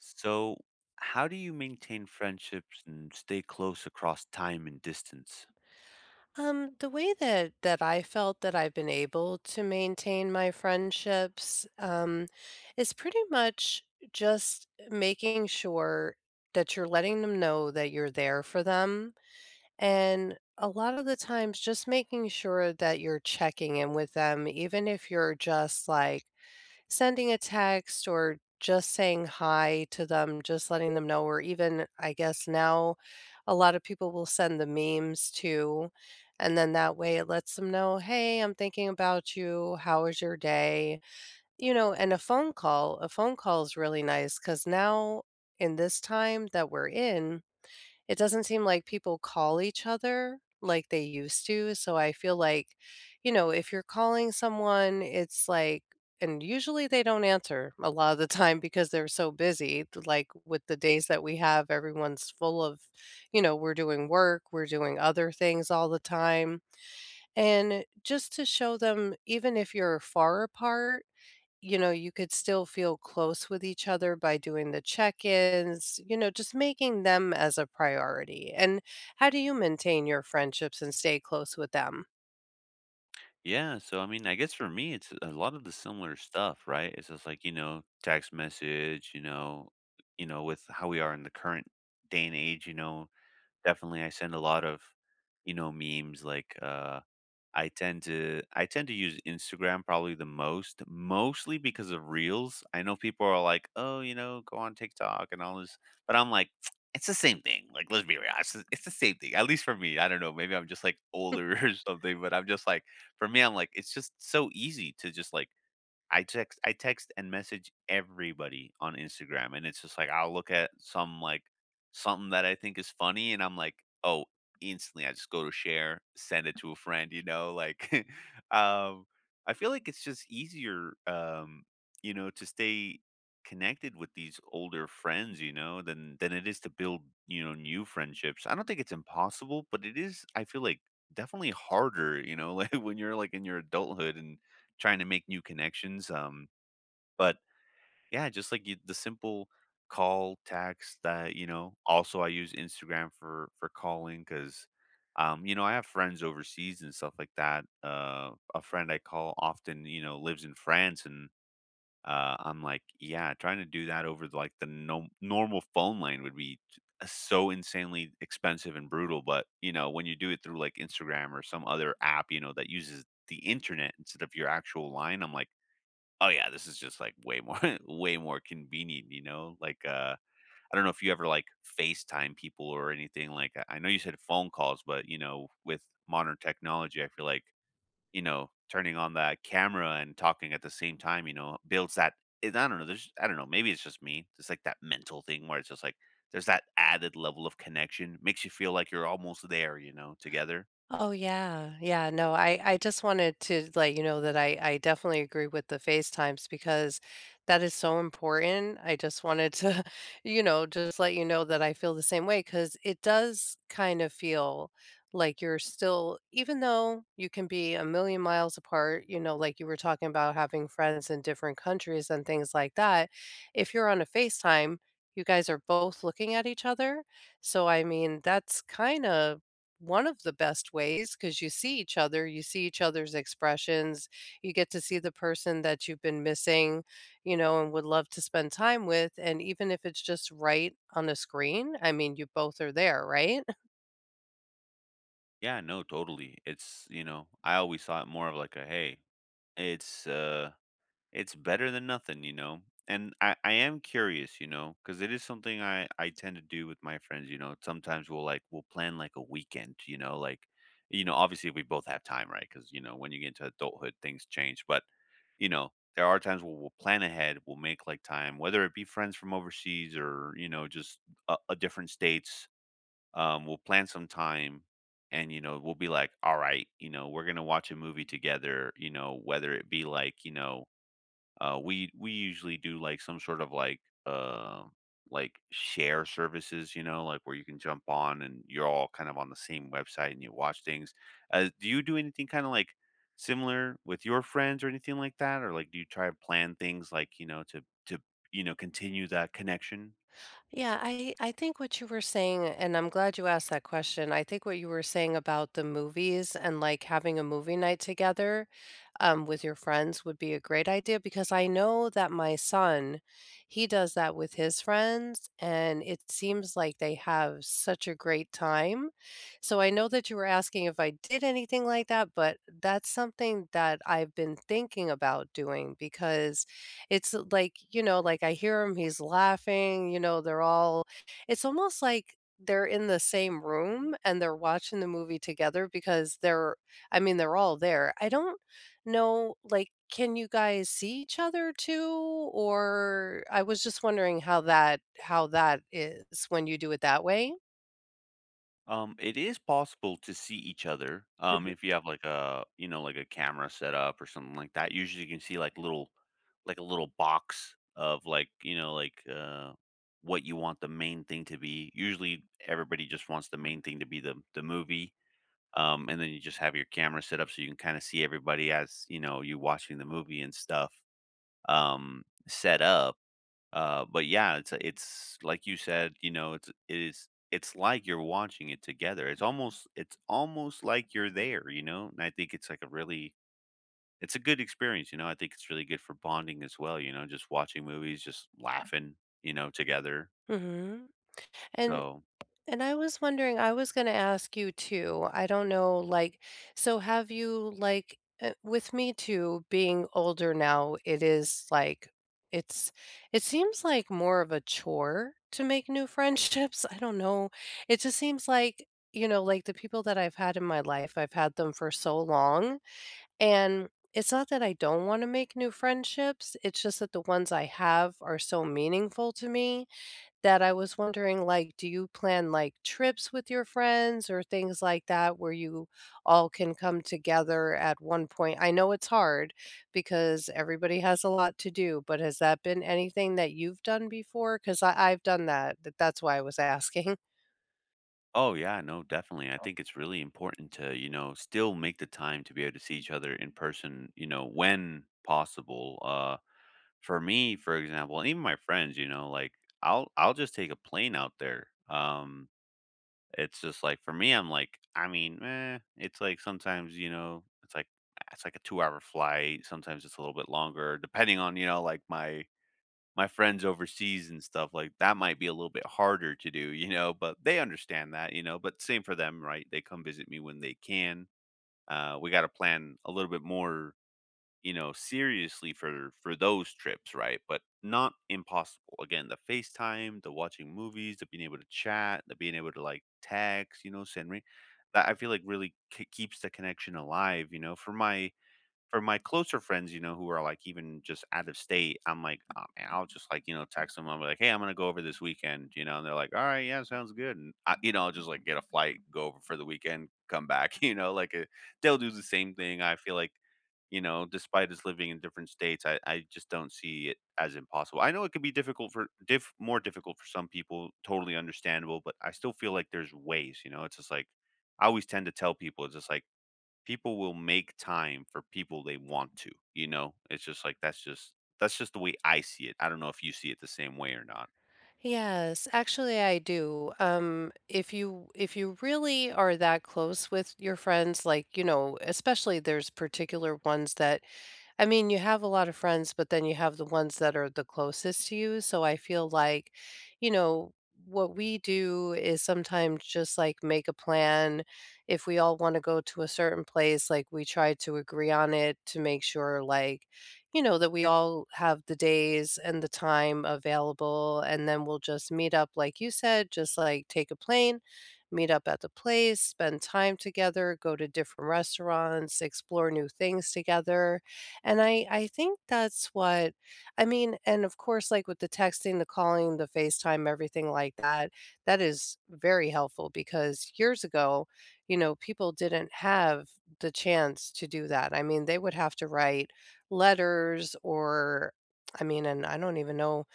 So, how do you maintain friendships and stay close across time and distance? The way that I felt that I've been able to maintain my friendships, is pretty much just making sure that you're letting them know that you're there for them. And a lot of the times, just making sure that you're checking in with them, even if you're just like, sending a text or just saying hi to them, just letting them know, or even, I guess now a lot of people will send the memes too. And then that way it lets them know, hey, I'm thinking about you. How was your day? You know, and a phone call is really nice because now in this time that we're in, it doesn't seem like people call each other like they used to, so I feel like, you know, if you're calling someone, it's like and usually they don't answer a lot of the time because they're so busy, like, with the days that we have, everyone's full of you know, we're doing work, we're doing other things all the time, and just to show them even if you're far apart you know, you could still feel close with each other by doing the check-ins, you know, just making them as a priority. And how do you maintain your friendships and stay close with them? Yeah, so I mean, I guess for me, it's a lot of the similar stuff, right? It's just like text message, with how we are in the current day and age, definitely I send a lot of, memes like I tend to use Instagram probably the most, mostly because of Reels. I know people are like, "Oh, you know, go on TikTok and all this," but I'm like, "It's the same thing." Like, let's be real, it's the same thing. At least for me, I don't know. Maybe I'm just like older or something, but I'm just like, for me, I'm like, it's just so easy to just like I text and message everybody on Instagram, and it's just like I'll look at some like something that I think is funny, and I'm like, oh, instantly I just go to share, send it to a friend, you know, like, um, I feel like it's just easier, you know, to stay connected with these older friends, you know, than it is to build, you know, new friendships. I don't think it's impossible, but it is. I feel like definitely harder, you know, like when you're like in your adulthood and trying to make new connections. But yeah, just like you, the simple call, text that you know. Also, I use Instagram for calling because, you know, I have friends overseas and stuff like that. A friend I call often, you know, lives in France, and I'm like, yeah, trying to do that over like the normal phone line would be so insanely expensive and brutal. But you know, when you do it through like Instagram or some other app, you know, that uses the internet instead of your actual line, I'm like, oh yeah, this is just like way more way more convenient, you know? Like, I don't know if you ever like FaceTime people or anything. Like I know you said phone calls, but you know, with modern technology, I feel like, you know, turning on that camera and talking at the same time, you know, builds that I don't know, there's I don't know, maybe it's just me. It's like that mental thing where it's just like there's that added level of connection, makes you feel like you're almost there, you know, together. Oh yeah. Yeah, no, I just wanted to let you know that I definitely agree with the FaceTimes because that is so important. I just wanted to, you know, just let you know that I feel the same way because it does kind of feel like you're still even though you can be a million miles apart, you know, like you were talking about having friends in different countries and things like that, if you're on a FaceTime, you guys are both looking at each other. So I mean, that's kinda one of the best ways, because you see each other, you see each other's expressions, you get to see the person that you've been missing, you know, and would love to spend time with, and even if it's just right on a screen, I mean, you both are there, right? Yeah, no, totally. It's, you know, I always saw it more of like a hey, it's uh it's better than nothing, you know? And I am curious, you know, because it is something I tend to do with my friends, you know. Sometimes we'll plan like a weekend, you know, like you know, obviously we both have time, right? Because you know, when you get into adulthood, things change. But you know, there are times where we'll plan ahead, we'll make like time, whether it be friends from overseas or you know, just a different states. We'll plan some time, and you know, we'll be like, all right, you know, we're gonna watch a movie together, you know, whether it be like you know we usually do like some sort of like share services, you know, like where you can jump on and you're all kind of on the same website and you watch things. Do you do anything kind of like similar with your friends or anything like that, or like do you try to plan things like you know to you know continue that connection? Yeah, I think what you were saying, and I'm glad you asked that question. I think what you were saying about the movies and like having a movie night together with your friends would be a great idea because I know that my son, he does that with his friends, and it seems like they have such a great time. So I know that you were asking if I did anything like that, but that's something that I've been thinking about doing because it's like, you know, like I hear him, he's laughing, you know, they're all it's almost like they're in the same room and they're watching the movie together because they're I mean, they're all there. I don't know, like, can you guys see each other too? Or I was just wondering how that is when you do it that way. It is possible to see each other. Mhm. If you have like a, you know, like a camera set up or something like that. Usually you can see like little like a little box of like, you know, like what you want the main thing to be. Usually everybody just wants the main thing to be the movie. And then you just have your camera set up so you can kind of see everybody as, you know, you watching the movie and stuff set up. But yeah, it's like you said, you know, it's like you're watching it together. It's almost like you're there, you know. And I think it's like a really it's a good experience, you know. I think it's really good for bonding as well, you know, just watching movies, just laughing, you know, together. Mhm. And So, And I was wondering, I was gonna ask you too. I don't know, like, so have you like with me too, being older now, it is like it's it seems like more of a chore to make new friendships. I don't know. It just seems like, you know, like the people that I've had in my life, I've had them for so long. And it's not that I don't want to make new friendships. It's just that the ones I have are so meaningful to me that I was wondering, like, do you plan, like, trips with your friends or things like that where you all can come together at one point? I know it's hard because everybody has a lot to do, but has that been anything that you've done before? Because I've done that, th that's why I was asking. oh yeah, no, definitely. I think it's really important to, you know, still make the time to be able to see each other in person, you know, when possible. For me, for example, and even my friends, you know, like I'll just take a plane out there. It's just like for me, I'm like, I mean, it's like sometimes you know, it's like a 2-hour flight. Sometimes it's a little bit longer, depending on you know, like my friends overseas and stuff like that might be a little bit harder to do, you know, but they understand that, you know, but same for them, right? They come visit me when they can. We got to plan a little bit more you know, seriously for those trips, right? But not impossible. Again, the FaceTime, the watching movies, the being able to chat, the being able to like text, you know, send me. That I feel like really k keeps the connection alive, you know. For my closer friends, you know, who are like even just out of state, I'm like, oh man, I'll just like, you know, text them. I'm like, hey, I'm gonna go over this weekend, you know, and they're like, all right, yeah, sounds good. And I, you know, I'll just like get a flight, go over for the weekend, come back, you know, like they'll do the same thing. I feel like, you know, despite us living in different states, I just don't see it as impossible. I know it could be difficult for diff more difficult for some people, totally understandable, but I still feel like there's ways, you know, it's just like I always tend to tell people it's just like people will make time for people they want to, you know? It's just like that's just the way I see it. I don't know if you see it the same way or not. Yes, actually I do. If you really are that close with your friends, like, you know, especially there's particular ones that I mean, you have a lot of friends, but then you have the ones that are the closest to you. So I feel like, you know, what we do is sometimes just like make a plan. If we all want to go to a certain place, like we try to agree on it to make sure, like, you know, that we all have the days and the time available. And then we'll just meet up, like you said, just like take a plane, meet up at the place, spend time together, go to different restaurants, explore new things together and I think that's what I mean, and of course, like, with the texting, the calling, the FaceTime, everything like that, that is very helpful because years ago, you know, people didn't have the chance to do that. I mean, they would have to write letters or I mean, and I don't even know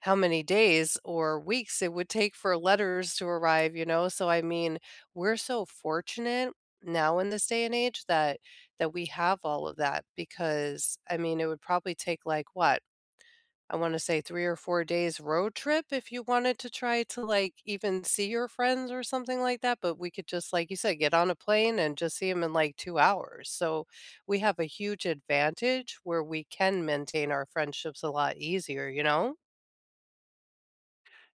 how many days or weeks it would take for letters to arrive, you know? So I mean, we're so fortunate now in this day and age that we have all of that because I mean, it would probably take like what? I want to say 3 or 4 days road trip if you wanted to try to like even see your friends or something like that, but we could just like you said get on a plane and just see them in like 2 hours. So we have a huge advantage where we can maintain our friendships a lot easier, you know?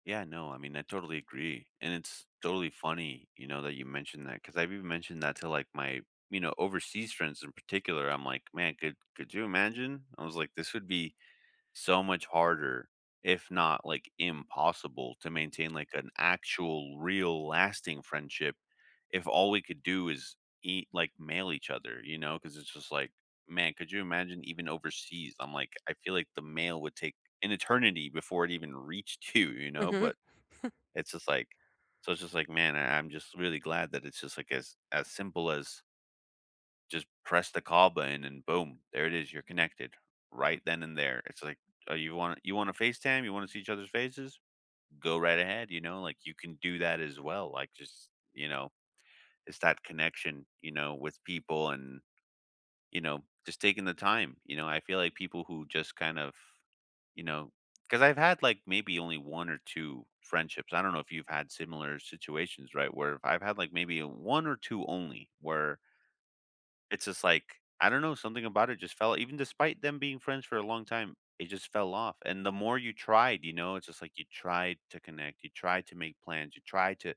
Yeah, no, I mean, I totally agree. And it's totally funny, you know, that you mentioned that because I've even mentioned that to like my, you know, overseas friends in particular. I'm like, man, could you imagine? I was like, this would be so much harder, if not like impossible, to maintain like an actual, real, lasting friendship if all we could do is eat like mail each other, you know? Because it's just like, man, could you imagine even overseas? I'm like, I feel like the mail would take an eternity before it even reached you know? Mhm. But it's just like, so it's just like, man, I'm just really glad that it's just like as simple as just press the call button and boom, there it is. You're connected right then and there. It's like, oh, you want to FaceTime? You want to see each other's faces? Go right ahead. You know, like you can do that as well. Like just you know, it's that connection. You know, with people and you know, just taking the time. You know, I feel like people who just kind of, you know, because I've had like maybe only one or two friendships. I don't know if you've had similar situations, right? Where I've had like maybe one or two only where it's just like, I don't know, something about it just fell even despite them being friends for a long time, it just fell off, and the more you tried, you know, it's just like you tried to connect, you tried to make plans, you tried to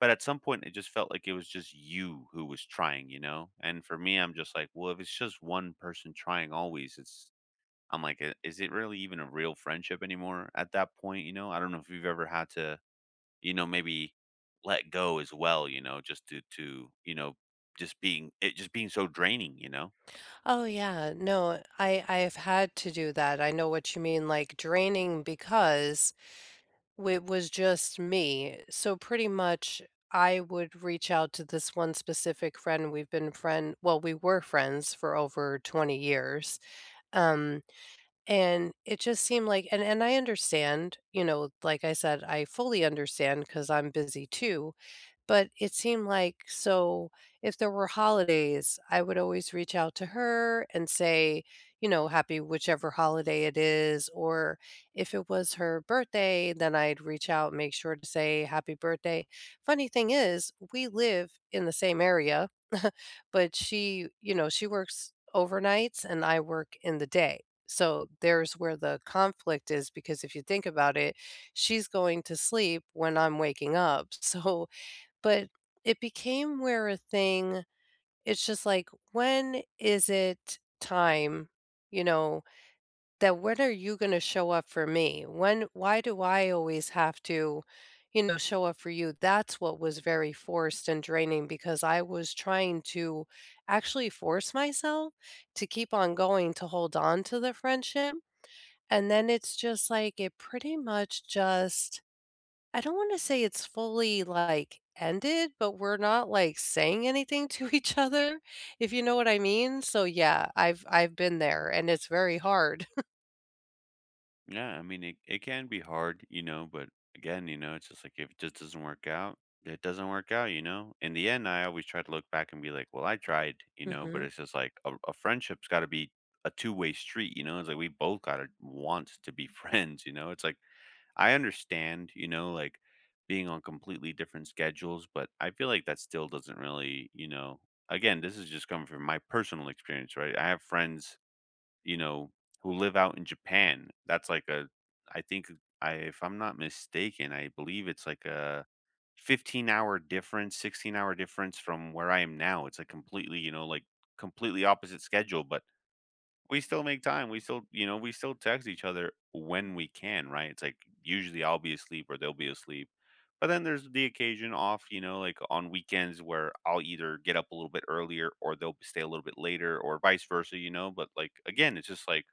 but at some point, it just felt like it was just you who was trying, you know? And for me, I'm just like, well, if it's just one person trying always, it's I'm like, "I is it really even a real friendship anymore at that point?" You know? I don't know if you've ever had to, you know, maybe let go as well, you know, just you know, just being it just being so draining, you know? Oh yeah, no, I've had to do that. I know what you mean, like draining because it was just me. So pretty much I would reach out to this one specific friend. We were friends for over 20 years. Um, and it just seemed like and I understand, you know, like I said, I fully understand because I'm busy too. But it seemed like so if there were holidays, I would always reach out to her and say, you know, happy whichever holiday it is. Or if it was her birthday, then I'd reach out, make sure to say happy birthday. Funny thing is, we live in the same area, but she, you know, she works overnights and I work in the day. So there's where the conflict is because if you think about it, she's going to sleep when I'm waking up. So but it became where a thing it's just like, when is it time, you know, that when are you gonna show up for me? When why do I always have to, you know, show up for you? That's what was very forced and draining because I was trying to actually force myself to keep on going to hold on to the friendship, and then it's just like, it pretty much just I don't wanna say it's fully, like, ended, but we're not, like, saying anything to each other, if you know what I mean? So, yeah, I've been there, and it's very hard. Yeah, I mean, it can be hard, you know, but again, you know, it's just like if it just doesn't work out, it doesn't work out, you know? In the end, I always try to look back and be like, well, I tried, you know, but Mhm. it's just like a friendship's got to be a two-way street, you know? It's like we both got to want to be friends, you know? It's like I understand, you know, like being on completely different schedules, but I feel like that still doesn't really, you know, again, this is just coming from my personal experience, right? I have friends you know, who live out in Japan. That's like a I think. I if I'm not mistaken, I believe it's like a 15-hour difference, 16-hour difference from where I am now. It's a completely, you know, like completely opposite schedule, but we still make time. We still, you know, we still text each other when we can, right? It's like usually I'll be asleep or they'll be asleep. But then there's the occasion off, you know, like on weekends where I'll either get up a little bit earlier or they'll stay a little bit later or vice versa, you know. But like again, it's just like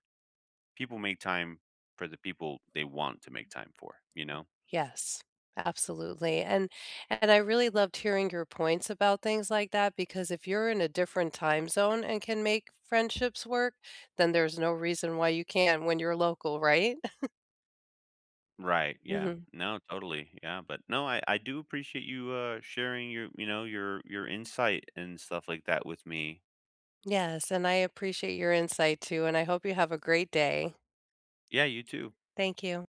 people make time for the people they want to make time for, you know? Yes. Absolutely, and I really loved hearing your points about things like that because if you're in a different time zone and can make friendships work, then there's no reason why you can't when you're local, right? Right, yeah. Mhm. No, totally. Yeah, but no, I do appreciate you, sharing you know, your insight and stuff like that with me. Yes, and I appreciate your insight too, and I hope you have a great day. Yeah, you too. Thank you.